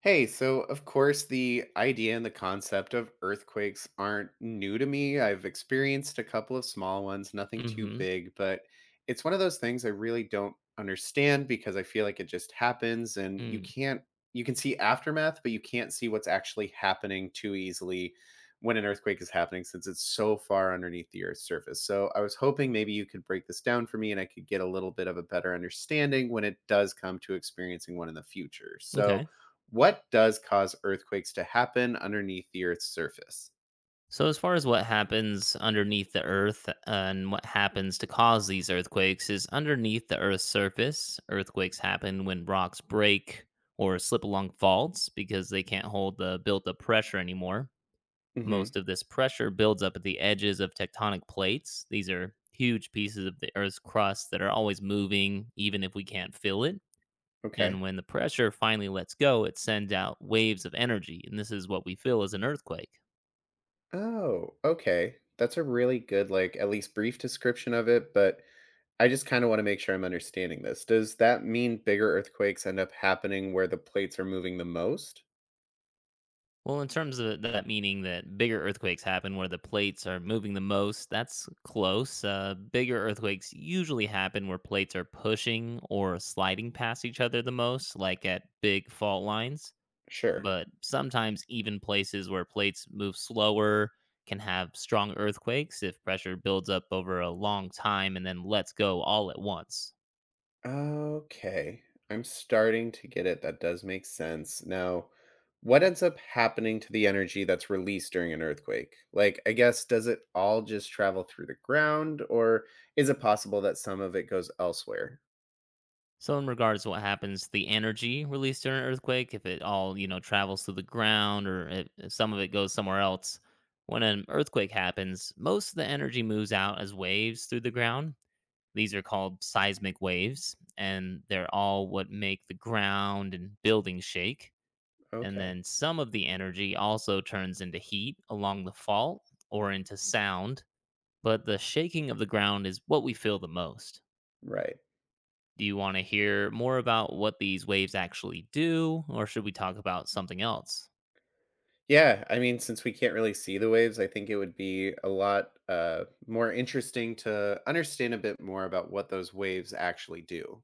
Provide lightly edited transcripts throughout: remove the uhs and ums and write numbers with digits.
Hey, so of course, the idea and the concept of earthquakes aren't new to me. I've experienced a couple of small ones, nothing too Mhm. big, but it's one of those things I really don't understand because I feel like it just happens and you Mm. can't, you can see aftermath, but you can't see what's actually happening too easily when an earthquake is happening since it's so far underneath the earth's surface. So I was hoping maybe you could break this down for me and I could get a little bit of a better understanding when it does come to experiencing one in the future. So, Okay. what does cause earthquakes to happen underneath the Earth's surface? So as far as what happens underneath the earth and what happens to cause these earthquakes is underneath the earth's surface, earthquakes happen when rocks break or slip along faults because they can't hold the built up pressure anymore. Hmm. Most of this pressure builds up at the edges of tectonic plates. These are huge pieces of the earth's crust that are always moving even if we can't feel it. Okay. And when the pressure finally lets go, it sends out waves of energy, and this is what we feel as an earthquake. Oh, okay. That's a really good, like, at least brief description of it, but I just kind of want to make sure I'm understanding this. Does that mean bigger earthquakes end up happening where the plates are moving the most? Well, in terms of that meaning that bigger earthquakes happen where the plates are moving the most, that's close. Bigger earthquakes usually happen where plates are pushing or sliding past each other the most, like at big fault lines. Sure. But sometimes, even places where plates move slower can have strong earthquakes if pressure builds up over a long time and then lets go all at once. Okay. I'm starting to get it. That does make sense. Now, what ends up happening to the energy that's released during an earthquake? Like, I guess, does it all just travel through the ground, or is it possible that some of it goes elsewhere? So, in regards to what happens, the energy released during an earthquake, if it all, you know, travels through the ground or if some of it goes somewhere else, when an earthquake happens, most of the energy moves out as waves through the ground. These are called seismic waves, and they're all what make the ground and buildings shake. And Okay. then some of the energy also turns into heat along the fault or into sound, but the shaking of the ground is what we feel the most. Right. Do you want to hear more about what these waves actually do, or should we talk about something else? Yeah. I mean, since we can't really see the waves, I think it would be a lot more interesting to understand a bit more about what those waves actually do.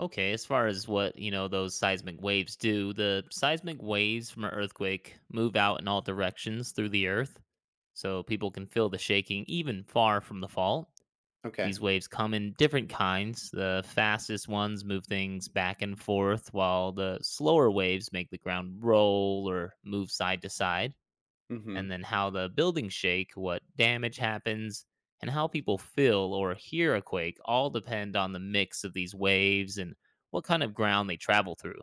Okay, as far as what, you know, those seismic waves do, the seismic waves from an earthquake move out in all directions through the earth, so people can feel the shaking even far from the fault. Okay. These waves come in different kinds. The fastest ones move things back and forth, while the slower waves make the ground roll or move side to side. Mm hmm. And then how the buildings shake, what damage happens, and how people feel or hear a quake all depend on the mix of these waves and what kind of ground they travel through.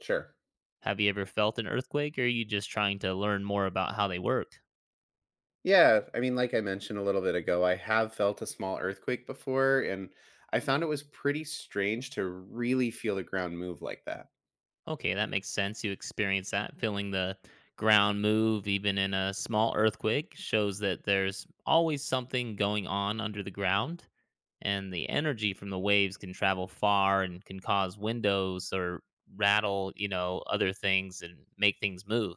Sure. Have you ever felt an earthquake, or are you just trying to learn more about how they work? Yeah, I mean, like I mentioned a little bit ago, I have felt a small earthquake before, and I found it was pretty strange to really feel the ground move like that. Okay, that makes sense. You experience that feeling the ground move, even in a small earthquake, shows that there's always something going on under the ground. And the energy from the waves can travel far and can cause windows or rattle, you know, other things and make things move.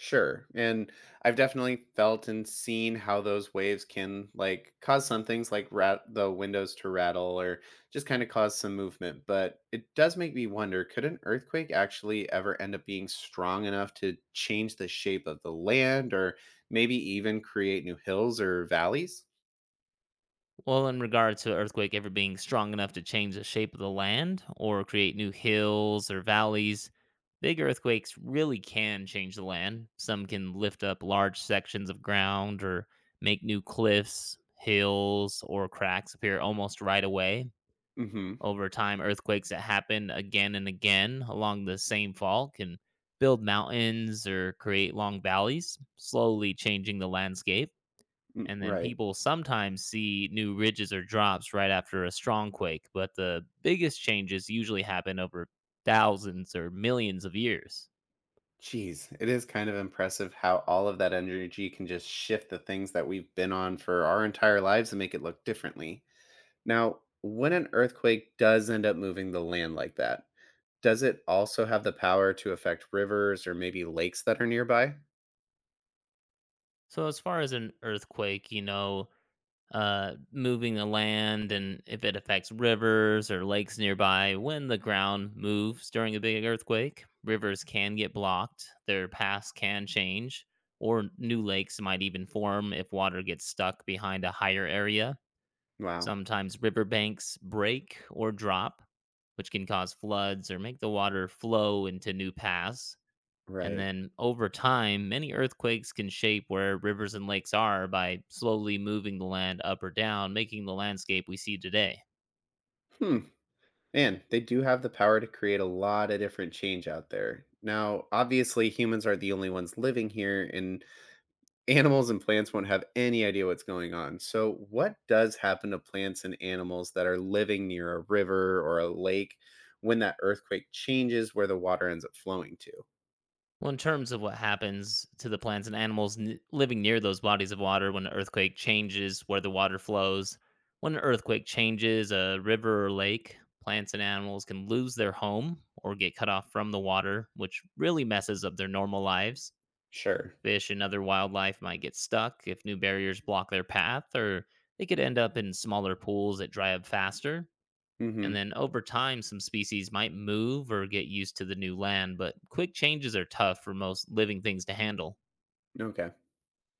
Sure. And I've definitely felt and seen how those waves can like cause some things like rat the windows to rattle or just kind of cause some movement. But it does make me wonder, could an earthquake actually ever end up being strong enough to change the shape of the land or maybe even create new hills or valleys? Well, in regard to earthquake ever being strong enough to change the shape of the land or create new hills or valleys, big earthquakes really can change the land. Some can lift up large sections of ground or make new cliffs, hills, or cracks appear almost right away. Mm-hmm. Over time, earthquakes that happen again and again along the same fault can build mountains or create long valleys, slowly changing the landscape. And then Right. people sometimes see new ridges or drops right after a strong quake, but the biggest changes usually happen over thousands or millions of years. Jeez, it is kind of impressive how all of that energy can just shift the things that we've been on for our entire lives and make it look differently. Now, when an earthquake does end up moving the land like that, does it also have the power to affect rivers or maybe lakes that are nearby? So, as far as an earthquake, you know, moving the land and if it affects rivers or lakes nearby. When the ground moves during a big earthquake, rivers can get blocked, their paths can change, or new lakes might even form if water gets stuck behind a higher area. Wow, Sometimes riverbanks break or drop, which can cause floods or make the water flow into new paths. And right. then over time, many earthquakes can shape where rivers and lakes are by slowly moving the land up or down, making the landscape we see today. Hmm, man, they do have the power to create a lot of different change out there. Now, obviously, humans are the only ones living here, and animals and plants won't have any idea what's going on. So, what does happen to plants and animals that are living near a river or a lake when that earthquake changes where the water ends up flowing to? Well, in terms of what happens to the plants and animals living near those bodies of water when an earthquake changes where the water flows, when an earthquake changes a river or lake, plants and animals can lose their home or get cut off from the water, which really messes up their normal lives. Sure. Fish and other wildlife might get stuck if new barriers block their path, or they could end up in smaller pools that dry up faster. And Hmm. then over time, some species might move or get used to the new land, but quick changes are tough for most living things to handle. Okay.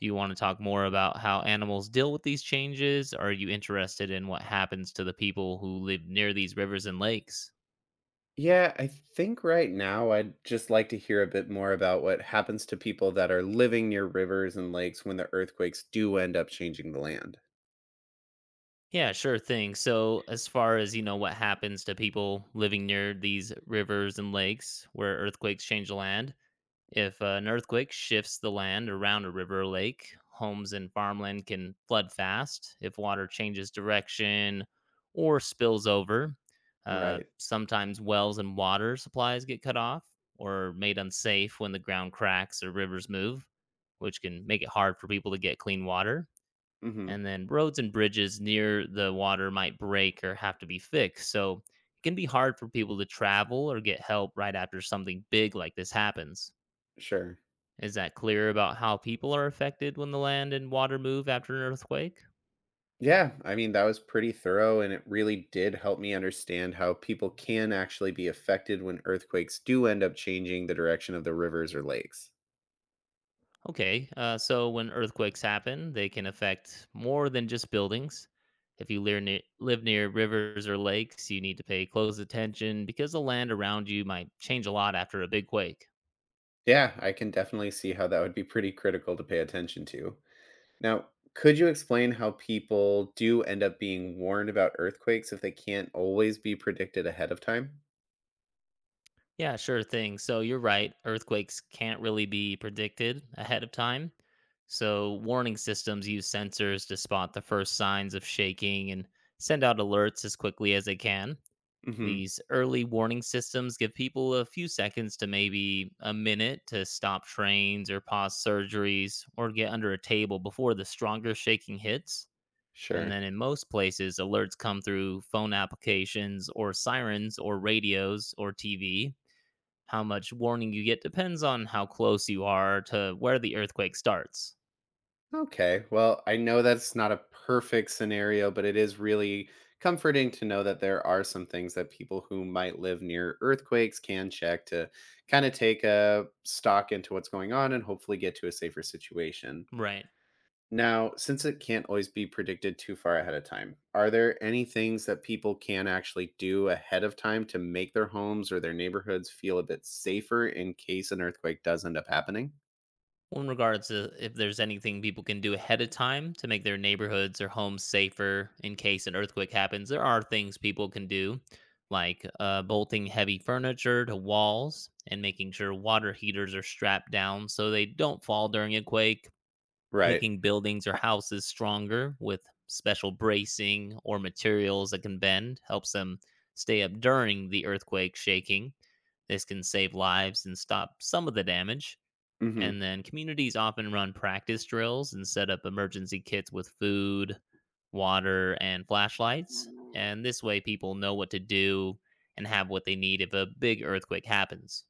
Do you want to talk more about how animals deal with these changes? Or are you interested in what happens to the people who live near these rivers and lakes? Yeah, I think right now I'd just like to hear a bit more about what happens to people that are living near rivers and lakes when the earthquakes do end up changing the land. Yeah, sure thing. So, as far as you know, what happens to people living near these rivers and lakes where earthquakes change the land? If an earthquake shifts the land around a river or lake, homes and farmland can flood fast. If water changes direction or spills over, Right. sometimes wells and water supplies get cut off or made unsafe when the ground cracks or rivers move, which can make it hard for people to get clean water. Hmm. And then roads and bridges near the water might break or have to be fixed. So it can be hard for people to travel or get help right after something big like this happens. Sure. Is that clear about how people are affected when the land and water move after an earthquake? Yeah, I mean, that was pretty thorough, and it really did help me understand how people can actually be affected when earthquakes do end up changing the direction of the rivers or lakes. Okay, so when earthquakes happen, they can affect more than just buildings. If you live near rivers or lakes, you need to pay close attention because the land around you might change a lot after a big quake. Yeah, I can definitely see how that would be pretty critical to pay attention to. Now, could you explain how people do end up being warned about earthquakes if they can't always be predicted ahead of time? Yeah, sure thing. So you're right, earthquakes can't really be predicted ahead of time. So warning systems use sensors to spot the first signs of shaking and send out alerts as quickly as they can. Hmm. These early warning systems give people a few seconds to maybe a minute to stop trains or pause surgeries or get under a table before the stronger shaking hits. And Sure. then in most places, alerts come through phone applications or sirens or radios or TV. How much warning you get depends on how close you are to where the earthquake starts. Okay. Well, I know that's not a perfect scenario, but it is really comforting to know that there are some things that people who might live near earthquakes can check to kind of take a stock into what's going on and hopefully get to a safer situation. Right. Now, since it can't always be predicted too far ahead of time, are there any things that people can actually do ahead of time to make their homes or their neighborhoods feel a bit safer in case an earthquake does end up happening? Well, in regards to if there's anything people can do ahead of time to make their neighborhoods or homes safer in case an earthquake happens, there are things people can do, like bolting heavy furniture to walls and making sure water heaters are strapped down so they don't fall during a quake, Right. making buildings or houses stronger with special bracing or materials that can bend helps them stay up during the earthquake shaking. This can save lives and stop some of the damage and then communities often run practice drills and set up emergency kits with food, water, and flashlights. Mhm. And this way, people know what to do and have what they need if a big earthquake happens.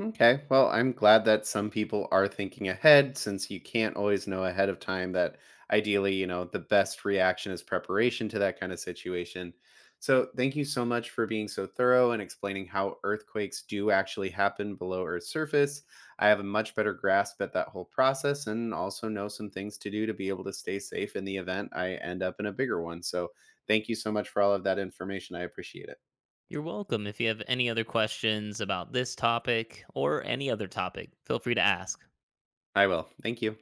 Okay. Well, I'm glad that some people are thinking ahead since you can't always know ahead of time that ideally, you know, the best reaction is preparation to that kind of situation. So, thank you so much for being so thorough and explaining how earthquakes do actually happen below Earth's surface. I have a much better grasp at that whole process and also know some things to do to be able to stay safe in the event I end up in a bigger one. So, thank you so much for all of that information. I appreciate it. You're welcome. If you have any other questions about this topic or any other topic, feel free to ask. I will. Thank you.